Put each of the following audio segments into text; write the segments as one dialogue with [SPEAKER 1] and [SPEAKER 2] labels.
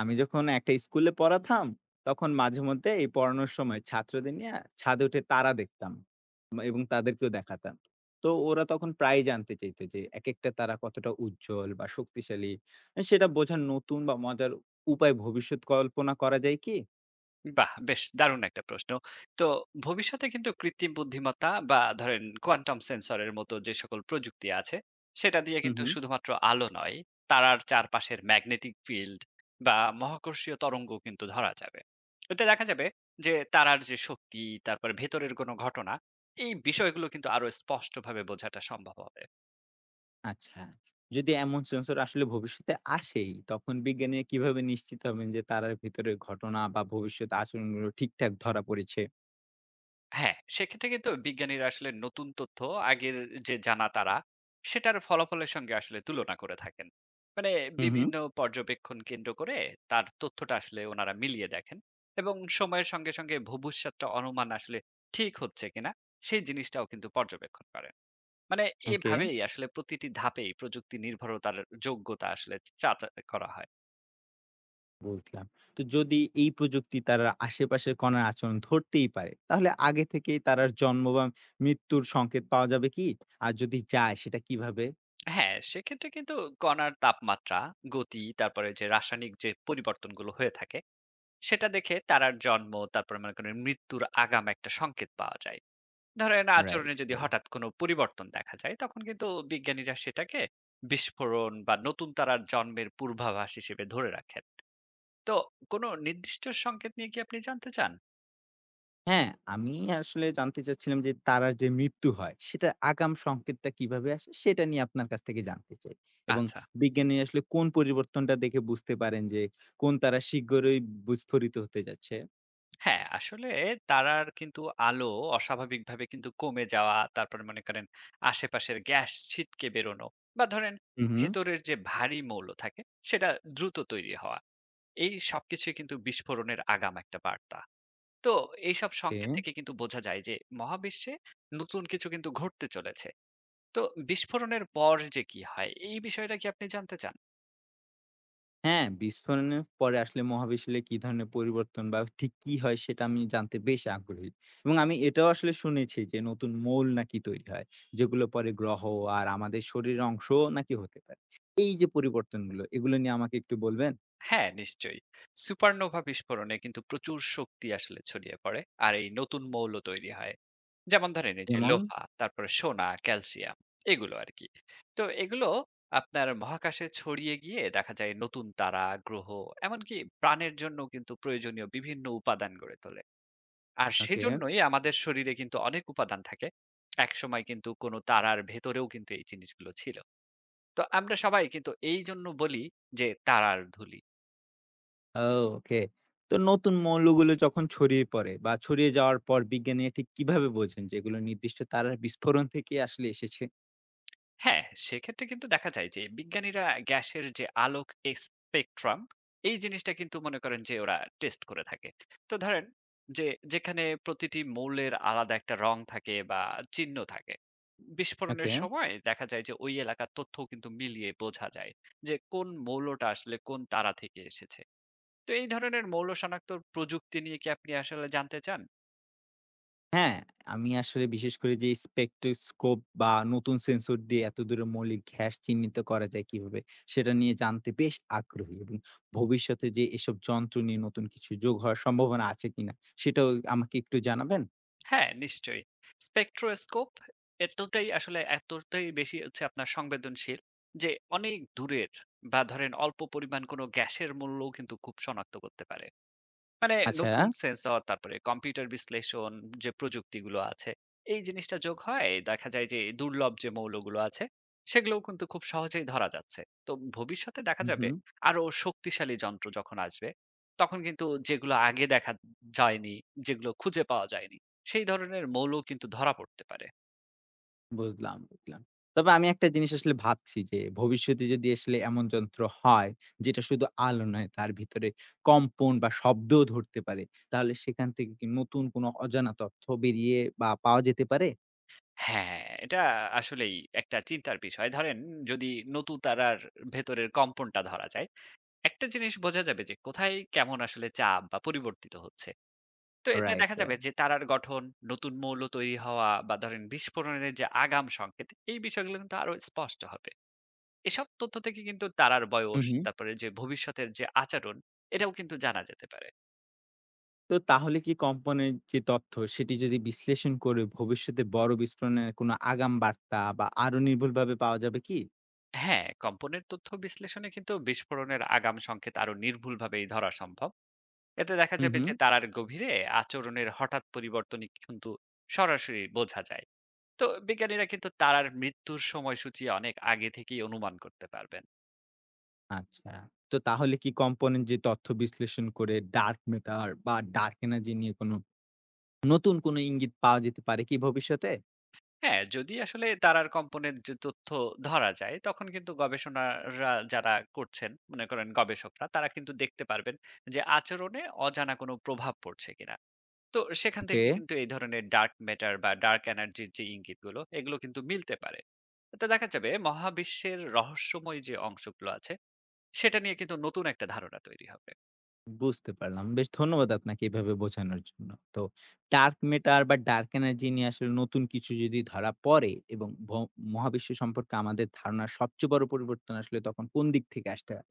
[SPEAKER 1] আমি যখন একটা স্কুলে পড়াতাম, তখন মাঝে মধ্যে এই পড়ানোর সময় ছাত্রদের নিয়ে ছাদে উঠে তারা দেখতাম এবং তাদেরকেও দেখাতাম। তো ওরা তখন প্রায়ই জানতে চাইত যে একেকটা তারা কতটা উজ্জ্বল বা শক্তিশালী, সেটা বোঝার নতুন বা মজার উপায় ভবিষ্যৎ কল্পনা করা যায় কি?
[SPEAKER 2] বাহ! বেশ দারুণ একটা প্রশ্ন। তো ভবিষ্যতে কিন্তু কৃত্রিম বুদ্ধিমত্তা বা ধরেন কোয়ান্টাম সেন্সরের মতো যে সকল প্রযুক্তি আছে, সেটা দিয়ে
[SPEAKER 1] হুম,
[SPEAKER 2] কিন্তু
[SPEAKER 1] হুম।
[SPEAKER 2] শুধুমাত্র আলো নয়, তারার চারপাশের ম্যাগনেটিক ফিল্ড বা মহাকর্ষীয় তরঙ্গ কিন্তু ধরা যাবে। এতে দেখা যাবে যে তারার যে শক্তি, তারপরে ভেতরের কোনো ঘটনা, এই বিষয়গুলো কিন্তু আরো স্পষ্টভাবে বোঝাটা সম্ভব হবে।
[SPEAKER 1] আচ্ছা। যদি এমন সেন্সর আসলে ভবিষ্যতে আসেই, তখন বিজ্ঞানীরা কিভাবে নিশ্চিত হবেন যে তারার ভিতরের ঘটনা বা ভবিষ্যৎ আচরণগুলো ঠিকঠাক ধরা পড়েছে?
[SPEAKER 2] হ্যাঁ, সেক্ষেত্রে কিন্তু বিজ্ঞানীরা আসলে নতুন তথ্য আগের যে জানা তারা, সেটার ফলাফলের সঙ্গে আসলে তুলনা করে থাকেন। মানে
[SPEAKER 1] হুম, হুম।
[SPEAKER 2] বিভিন্ন পর্যবেক্ষণ কেন্দ্র করে তার তথ্যটা আসলে ওনারা মিলিয়ে দেখেন এবং সময়ের সঙ্গে সঙ্গে ভবিষ্যৎটা অনুমান আসলে ঠিক হচ্ছে কিনা সেই জিনিসটাও কিন্তু পর্যবেক্ষণ করেন। মানে
[SPEAKER 1] ওকে।
[SPEAKER 2] এভাবেই আসলে প্রতিটি ধাপেই প্রযুক্তি নির্ভরতার যোগ্যতা আসলে যাচাই করা হয়।
[SPEAKER 1] বুঝলাম। তো যদি এই প্রযুক্তি তারা আশেপাশের কণার আচরণ ধরতেই পারে, তাহলে আগে থেকেই তারার জন্ম বা মৃত্যুর সংকেত পাওয়া যাবে কি? আর যদি যায় সেটা কিভাবে?
[SPEAKER 2] হ্যাঁ, সেক্ষেত্রে কিন্তু কণার তাপমাত্রা, গতি, তারপরে যে রাসায়নিক পরিবর্তনগুলো হয়ে থাকে সেটা দেখে তারার জন্ম, তারপরে মনে করেন মৃত্যুর আগাম একটা সংকেত পাওয়া যায়। ধরেন
[SPEAKER 1] রাইট,
[SPEAKER 2] আচরণে যদি
[SPEAKER 1] রাইট।
[SPEAKER 2] হঠাৎ কোনো পরিবর্তন দেখা যায়, তখন কিন্তু বিজ্ঞানীরা সেটাকে বিস্ফোরণ বা নতুন তারার জন্মের পূর্বাভাস হিসেবে ধরে রাখেন। তো কোনো নির্দিষ্ট সংকেত নিয়ে কি আপনি জানতে চান?
[SPEAKER 1] হ্যাঁ, আমি আসলে জানতে চাচ্ছিলাম যে তারার যে মৃত্যু হয় সেটার আগাম সংকেতটা কিভাবে আসে? সেটা নিয়ে আপনার কাছ থেকে জানতে চাই। এবং
[SPEAKER 2] আচ্ছা।
[SPEAKER 1] বিজ্ঞানী আসলে কোন পরিবর্তনটা দেখে বুঝতে পারেন যে কোন তারা শীঘ্রই বিস্ফোরিত হতে যাচ্ছে?
[SPEAKER 2] হ্যাঁ, আসলে তারার কিন্তু আলো অস্বাভাবিকভাবে কিন্তু কমে যাওয়া, তারপরে মনে করেন আশেপাশের গ্যাস ছিটকে বেরোনো বা ধরেন
[SPEAKER 1] হু, হু।
[SPEAKER 2] ভেতরের যে ভারী মৌল থাকে, সেটা দ্রুত তৈরি হওয়া। এই সবকিছুই কিন্তু বিস্ফোরণের আগাম একটা বার্তা। তো এইসব
[SPEAKER 1] ওকে।
[SPEAKER 2] সংকেত থেকে কিন্তু বোঝা যায় যে মহাবিশ্বে নতুন কিছু কিন্তু ঘটতে চলেছে। তো বিস্ফোরণের পর যে কি হয় এই বিষয়টা কি আপনি জানতে চান?
[SPEAKER 1] হ্যাঁ, বিস্ফোরণের পরে আসলে মহাবিশ্বে কি ধরনের পরিবর্তন বা ঠিক কি হয় সেটা আমি জানতে বেশ আগ্রহী। এবং আমি এটাও আসলে শুনেছি যে নতুন মৌল নাকি তৈরি হয়। যেগুলো পরে গ্রহ আর আমাদের শরীরের অংশও নাকি হতে পারে। এই যে পরিবর্তনগুলো এগুলো নিয়ে আমাকে একটু বলবেন?
[SPEAKER 2] হ্যাঁ, নিশ্চয়ই। সুপারনোভা বিস্ফোরণে কিন্তু প্রচুর শক্তি আসলে ছড়িয়ে পড়ে আর এই নতুন মৌল তৈরি হয়। যেমন ধরেন এই যে
[SPEAKER 1] যেমন?
[SPEAKER 2] লোহা, তারপরে সোনা, ক্যালসিয়াম এগুলো আরকি। তো এগুলো আপনার মহাকাশে ছড়িয়ে গিয়ে দেখা যায় নতুন তারা, গ্রহ এমনকি প্রাণের জন্য কিন্তু প্রয়োজনীয় বিভিন্ন উপাদান গড়ে তোলে। আর
[SPEAKER 1] ওকে।
[SPEAKER 2] সেজন্যই আমাদের শরীরে কিন্তু অনেক উপাদান থাকে। একসময় কিন্তু কোনো তারার ভেতরেও কিন্তু এই জিনিসগুলো ছিল। তো আমরা সবাই কিন্তু এইজন্য বলি যে তারার ধূলি।
[SPEAKER 1] ও ওকে। তো নতুন মৌলগুলো যখন ছড়িয়ে পড়ে বা ছড়িয়ে যাওয়ার পর বিজ্ঞানীরা ঠিক কিভাবে বোঝেন যে এগুলো নির্দিষ্ট তারার বিস্ফোরণ থেকে আসলে এসেছে?
[SPEAKER 2] হ্যাঁ, সেক্ষেত্রে কিন্তু দেখা যায় যে বিজ্ঞানীরা গ্যাসের যে আলোক স্পেকট্রাম এই জিনিসটা কিন্তু মনে করেন যে ওরা টেস্ট করে থাকে। তো ধরেন যে যেখানে প্রতিটি মৌলের আলাদা একটা রং থাকে বা চিহ্ন থাকে। বিস্ফোরণের
[SPEAKER 1] ওকে।
[SPEAKER 2] সময় দেখা যায় যে ওই এলাকার তথ্য কিন্তু মিলিয়ে বোঝা যায় যে কোন মৌলটা আসলে কোন তারা থেকে এসেছে। তো এই ধরনের মৌল শনাক্তর প্রযুক্তি নিয়ে কি আপনি আসলে জানতে চান?
[SPEAKER 1] হ্যাঁ, আমি আসলে বিশেষ করে যে স্পেকট্রোস্কোপ বা নতুন সেন্সর দিয়ে এতদূরে মৌলিক ঘ্যাস চিহ্নিত করা যায় কিভাবে, সেটা নিয়ে জানতে বেশ আগ্রহী এবং ভবিষ্যতে যে এসব যন্ত্র নিয়ে নতুন কিছু যোগ হওয়ার সম্ভাবনা আছে কিনা, সেটাও আমাকে একটু জানাবেন?
[SPEAKER 2] হ্যাঁ, নিশ্চয়ই। স্পেকট্রোস্কোপ এতটাই বেশি হচ্ছে আপনার সংবেদনশীল যে অনেক দূরের বা ধরেন অল্প পরিমাণ কোনো গ্যাসের মূল্যও কিন্তু খুব শনাক্ত করতে পারে। মানে
[SPEAKER 1] আচ্ছা,
[SPEAKER 2] নতুন সেন্সর, তারপরে কম্পিউটার বিশ্লেষণ যে প্রযুক্তিগুলো আছে, এই জিনিসটা যোগ হয় দেখা যায় যে দুর্লভ যে মৌলগুলো আছে, সেগুলোও কিন্তু খুব সহজেই ধরা যাচ্ছে। তো ভবিষ্যতে দেখা
[SPEAKER 1] হুম,
[SPEAKER 2] যাবে
[SPEAKER 1] হুম,
[SPEAKER 2] আরো শক্তিশালী যন্ত্র যখন আসবে, তখন কিন্তু যেগুলো আগে দেখা যায়নি, যেগুলো খুঁজে পাওয়া যায়নি, সেই ধরনের মৌলও কিন্তু ধরা পড়তে পারে।
[SPEAKER 1] বুঝলাম, বুঝলাম। তবে আমি একটা জিনিস আসলে ভাবছি যে ভবিষ্যতে যদি আসলে এমন যন্ত্র হয়, যেটা শুধু আলো নয়, তার ভিতরে কম্পন বা শব্দও ধরতে পারে, তাহলে সেখান থেকে কি নতুন কোনো অজানা তথ্য বেরিয়ে বা পাওয়া যেতে পারে?
[SPEAKER 2] হ্যাঁ, এটা আসলেই একটা চিন্তার বিষয়। ধরেন যদি নতু তারার ভেতরের কম্পনটা ধরা যায়, একটা জিনিস বোঝা যাবে যে কোথায় কেমন আসলে চাপ বা পরিবর্তিত হচ্ছে। তো এতে
[SPEAKER 1] রাইট,
[SPEAKER 2] দেখা যাবে
[SPEAKER 1] রাইট।
[SPEAKER 2] যে তারার গঠন, নতুন মৌল তৈরি হওয়া বা ধরেন বিস্ফোরণের যে আগাম সংকেত এই বিষয়গুলো কিন্তু আরো স্পষ্ট হবে। এসব তথ্য থেকে কিন্তু তারার
[SPEAKER 1] হু,
[SPEAKER 2] বয়স,
[SPEAKER 1] হু।
[SPEAKER 2] তারপরে যে ভবিষ্যতের আচরণ এটাও কিন্তু জানা যেতে পারে।
[SPEAKER 1] তো তাহলে কি কম্পনের যে তথ্য সেটি যদি বিশ্লেষণ করে ভবিষ্যতে বড় বিস্ফোরণের কোন আগাম বার্তা বা আরো নির্ভুলভাবে পাওয়া যাবে কি?
[SPEAKER 2] হ্যাঁ, কম্পনের তথ্য বিশ্লেষণে কিন্তু বিস্ফোরণের আগাম সংকেত আরো নির্ভুলভাবেই ধরা সম্ভব। এতে দেখা
[SPEAKER 1] হু,
[SPEAKER 2] যাবে
[SPEAKER 1] হু।
[SPEAKER 2] যে তারার গভীরে আচরণের হঠাৎ পরিবর্তনই কিন্তু সরাসরি বোঝা যায়। তো বিজ্ঞানীরা কিন্তু তারার মৃত্যুর সময়সূচি অনেক আগে থেকেই অনুমান করতে পারবেন।
[SPEAKER 1] আচ্ছা। তো তাহলে কি কম্পনের যে তথ্য বিশ্লেষণ করে ডার্ক ম্যাটার বা ডার্ক এনার্জি নিয়ে কোন নতুন কোন ইঙ্গিত পাওয়া যেতে পারে কি ভবিষ্যতে?
[SPEAKER 2] হ্যাঁ, যদি আসলে তারার কম্পনের যে তথ্য ধরা যায়, তখন কিন্তু গবেষণারা যারা করছেন, মনে করেন গবেষকরা তারা কিন্তু দেখতে পারবেন যে আচরণে অজানা কোনো প্রভাব পড়ছে কিনা। তো সেখান
[SPEAKER 1] ওকে।
[SPEAKER 2] থেকে কিন্তু এই ধরনের ডার্ক ম্যাটার বা ডার্ক এনার্জির যে ইঙ্গিতগুলো এগুলো কিন্তু মিলতে পারে। তো দেখা যাবে মহাবিশ্বের রহস্যময় যে অংশগুলো আছে সেটা নিয়ে কিন্তু নতুন একটা ধারণা তৈরি হবে।
[SPEAKER 1] বুঝতে পারলাম। বেশ ধন্যবাদ আপনাকে এভাবে বোঝানোর জন্য। তো ডার্ক ম্যাটার বা ডার্ক এনার্জি নিয়ে আসলে নতুন কিছু যদি ধরা পড়ে এবং মহাবিশ্ব সম্পর্কে আমাদের ধারণার সবচেয়ে বড় পরিবর্তন আসলে তখন কোন দিক থেকে আসতে হয়?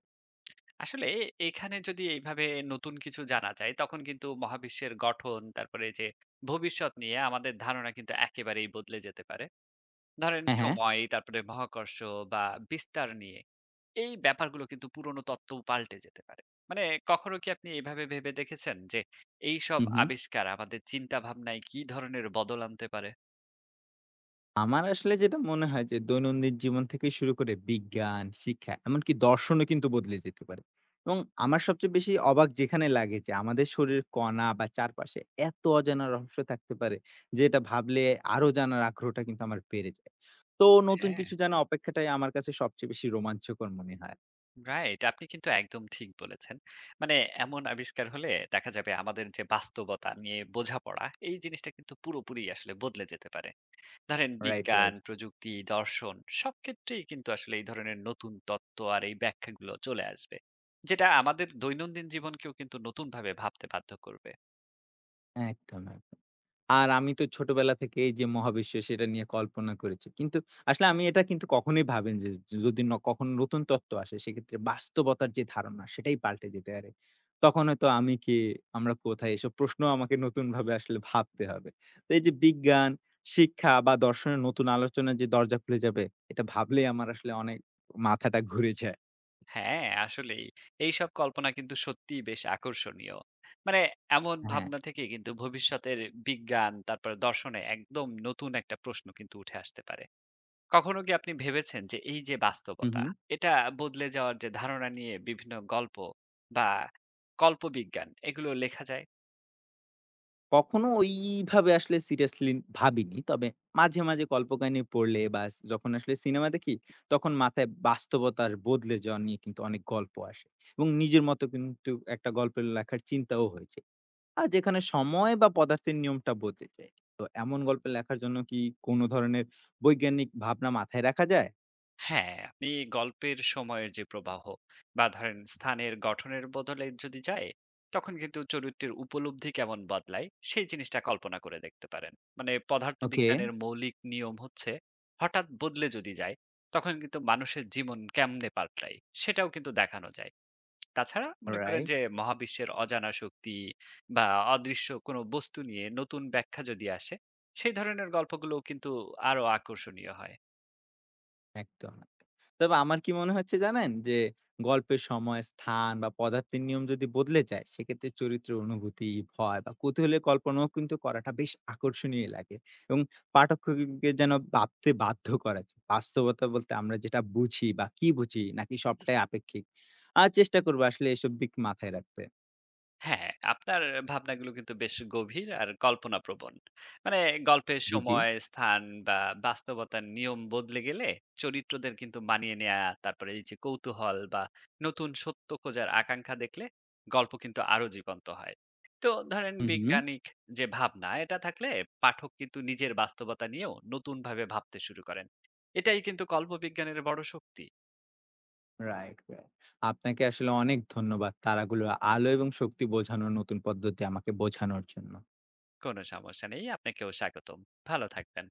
[SPEAKER 2] আসলে এখানে যদি এইভাবে নতুন কিছু জানা যায়, তখন কিন্তু মহাবিশ্বের গঠন তারপরে যে ভবিষ্যৎ নিয়ে আমাদের ধারণা কিন্তু একেবারেই বদলে যেতে পারে। ধরেন
[SPEAKER 1] হ্যাঁ, হ্যাঁ।
[SPEAKER 2] সময় তারপরে মহাকর্ষ বা বিস্তার নিয়ে এই ব্যাপারগুলো কিন্তু পুরনো তত্ত্ব পাল্টে যেতে পারে। মানে কখনো কি আপনি এইভাবে ভেবে দেখেছেন যে এই সব
[SPEAKER 1] হু, হু।
[SPEAKER 2] আবিষ্কার আমাদের চিন্তা ভাবনায় কি ধরনের বদল আনতে পারে?
[SPEAKER 1] আমার আসলে যেটা মনে হয় যে দৈনন্দিন জীবন থেকে শুরু করে বিজ্ঞান, শিক্ষা এমনকি দর্শনও কিন্তু বদলে যেতে পারে। এবং আমার সবচেয়ে বেশি অবাক যেখানে লাগে যে আমাদের শরীরের কণা বা চারপাশে এত অজানা রহস্য থাকতে পারে যে এটা ভাবলে আরো জানার আগ্রহটা কিন্তু আমার বেড়ে যায়। তো নতুন
[SPEAKER 2] হ্যাঁ,
[SPEAKER 1] কিছু জানা অপেক্ষাটাই আমার কাছে সবচেয়ে বেশি রোমাঞ্চকর মনে হয়।
[SPEAKER 2] রাইট। আপনি কিন্তু একদম ঠিক বলেছেন। মানে এমন আবিষ্কার হলে দেখা যাবে আমাদের যে বাস্তবতা নিয়ে বোঝাপড়া, এই জিনিসটা কিন্তু পুরোপুরি আসলে বদলে যেতে পারে। ধরেন
[SPEAKER 1] রাইট,
[SPEAKER 2] বিজ্ঞান,
[SPEAKER 1] রাইট।
[SPEAKER 2] প্রযুক্তি, দর্শন সব ক্ষেত্রেই কিন্তু আসলে এই ধরনের নতুন তত্ত্ব আর এই ব্যাখ্যাগুলো চলে আসবে। যেটা আমাদের দৈনন্দিন জীবনকেও কিন্তু নতুনভাবে ভাবতে বাধ্য করবে।
[SPEAKER 1] একদম, একদম। আর আমি তো ছোটবেলা থেকে এই যে মহাবিশ্ব সেটা নিয়ে কল্পনা করেছি। কিন্তু আসলে আমি এটা কিন্তু কখনোই ভাবিনি যে যদি কখনো নতুন তত্ত্ব আসে সেক্ষেত্রে বাস্তবতার যে ধারণা সেটাই পাল্টে যেতে পারে। তখন হয়তো আমি কে? আমরা কোথায়? এসব প্রশ্ন আমাকে নতুনভাবে আসলে ভাবতে হবে। তো এই যে বিজ্ঞান, শিক্ষা বা দর্শনের নতুন আলোচনার যে দরজা খুলে যাবে এটা ভাবলেই আমার আসলে অনেক মাথাটা ঘুরে যায়।
[SPEAKER 2] হ্যাঁ, আসলেই। এইসব কল্পনা কিন্তু সত্যিই বেশ আকর্ষণীয়। মানে এমন
[SPEAKER 1] হ্যাঁ।
[SPEAKER 2] ভাবনা থেকে কিন্তু ভবিষ্যতের বিজ্ঞান, তারপরে দর্শনে একদম নতুন একটা প্রশ্ন কিন্তু উঠে আসতে পারে। কখনো কি আপনি ভেবেছেন যে এই যে
[SPEAKER 1] হু,
[SPEAKER 2] বাস্তবতা,
[SPEAKER 1] হু।
[SPEAKER 2] এটা বদলে যাওয়ার যে ধারণা নিয়ে বিভিন্ন গল্প বা কল্পবিজ্ঞান এগুলো লেখা যায়?
[SPEAKER 1] কখনো ওইভাবে আসলে সিরিয়াসলি ভাবিনি। তবে মাঝে, মাঝে কল্পকাহিনী পড়লে বা যখন আসলে সিনেমা দেখি, তখন মাথায় বাস্তবতার বদলে যাওয়া নিয়ে কিন্তু অনেক গল্প আসে এবং নিজের মতো কিন্তু একটা গল্পের লেখার চিন্তাও হয়েছে। আর যেখানে সময় বা পদার্থের নিয়মটা বদলে যায়। তো এমন গল্প লেখার জন্য কি কোনো ধরনের বৈজ্ঞানিক ভাবনা মাথায় রাখা যায়?
[SPEAKER 2] হ্যাঁ, আপনি গল্পের সময়ের যে প্রবাহ বা ধরেন স্থানের গঠনের বদলে যদি যায়, তখন কিন্তু চরিত্রের উপলব্ধি কেমন বদলায় সেই জিনিসটা কল্পনা করে দেখতে পারেন। মানে
[SPEAKER 1] ওকে,
[SPEAKER 2] পদার্থবিজ্ঞানের মৌলিক নিয়ম হচ্ছে হঠাৎ বদলে যদি যায়, তখন কিন্তু মানুষের জীবন কেমনে পাল্টায় সেটাও কিন্তু দেখানো যায়। তাছাড়া মনে করেন
[SPEAKER 1] রাইট।
[SPEAKER 2] যে মহাবিশ্বের অজানা শক্তি বা অদৃশ্য কোনো বস্তু নিয়ে নতুন ব্যাখ্যা যদি আসে, সেই ধরনের গল্পগুলোও কিন্তু আরো আকর্ষণীয় হয়।
[SPEAKER 1] একদম। একদম। তবে আমার কি মনে হচ্ছে জানেন? যে গল্পের সময়, স্থান বা পদার্থের নিয়ম যদি বদলে যায়, সেক্ষেত্রে চরিত্রের অনুভূতি, ভয় বা কৌতূহলের কল্পনাও কিন্তু করাটা বেশ আকর্ষণীয় লাগে এবং পাঠককে যেন ভাবতে বাধ্য করা যায়। বাস্তবতা বলতে আমরা যেটা বুঝি বা কি বুঝি নাকি সবটাই আপেক্ষিক। আর চেষ্টা করবো আসলে এসব দিক মাথায় রাখতে।
[SPEAKER 2] হ্যাঁ, আপনার ভাবনাগুলো কিন্তু বেশ গভীর আর কল্পনাপ্রবণ। মানে গল্পের
[SPEAKER 1] জি, জি।
[SPEAKER 2] সময়, স্থান বা বাস্তবতার নিয়ম বদলে গেলে চরিত্রদের কিন্তু মানিয়ে নেয়া, তারপরে এই যে কৌতূহল বা নতুন সত্য খোঁজার আকাঙ্ক্ষা দেখলে গল্প কিন্তু আরো জীবন্ত হয়। তো ধরেন
[SPEAKER 1] হুম, হুম।
[SPEAKER 2] বৈজ্ঞানিক যে ভাবনা এটা থাকলে পাঠক কিন্তু নিজের বাস্তবতা নিয়েও নতুনভাবে ভাবতে শুরু করেন। এটাই কিন্তু কল্পবিজ্ঞানের বড় শক্তি।
[SPEAKER 1] Right, right. আপনাকে আসলে অনেক ধন্যবাদ তারাগুলোর আলো এবং শক্তি বোঝানোর নতুন পদ্ধতি আমাকে বোঝানোর জন্য।
[SPEAKER 2] কোনো সমস্যা নেই, আপনাকেও স্বাগতম। ভালো থাকবেন।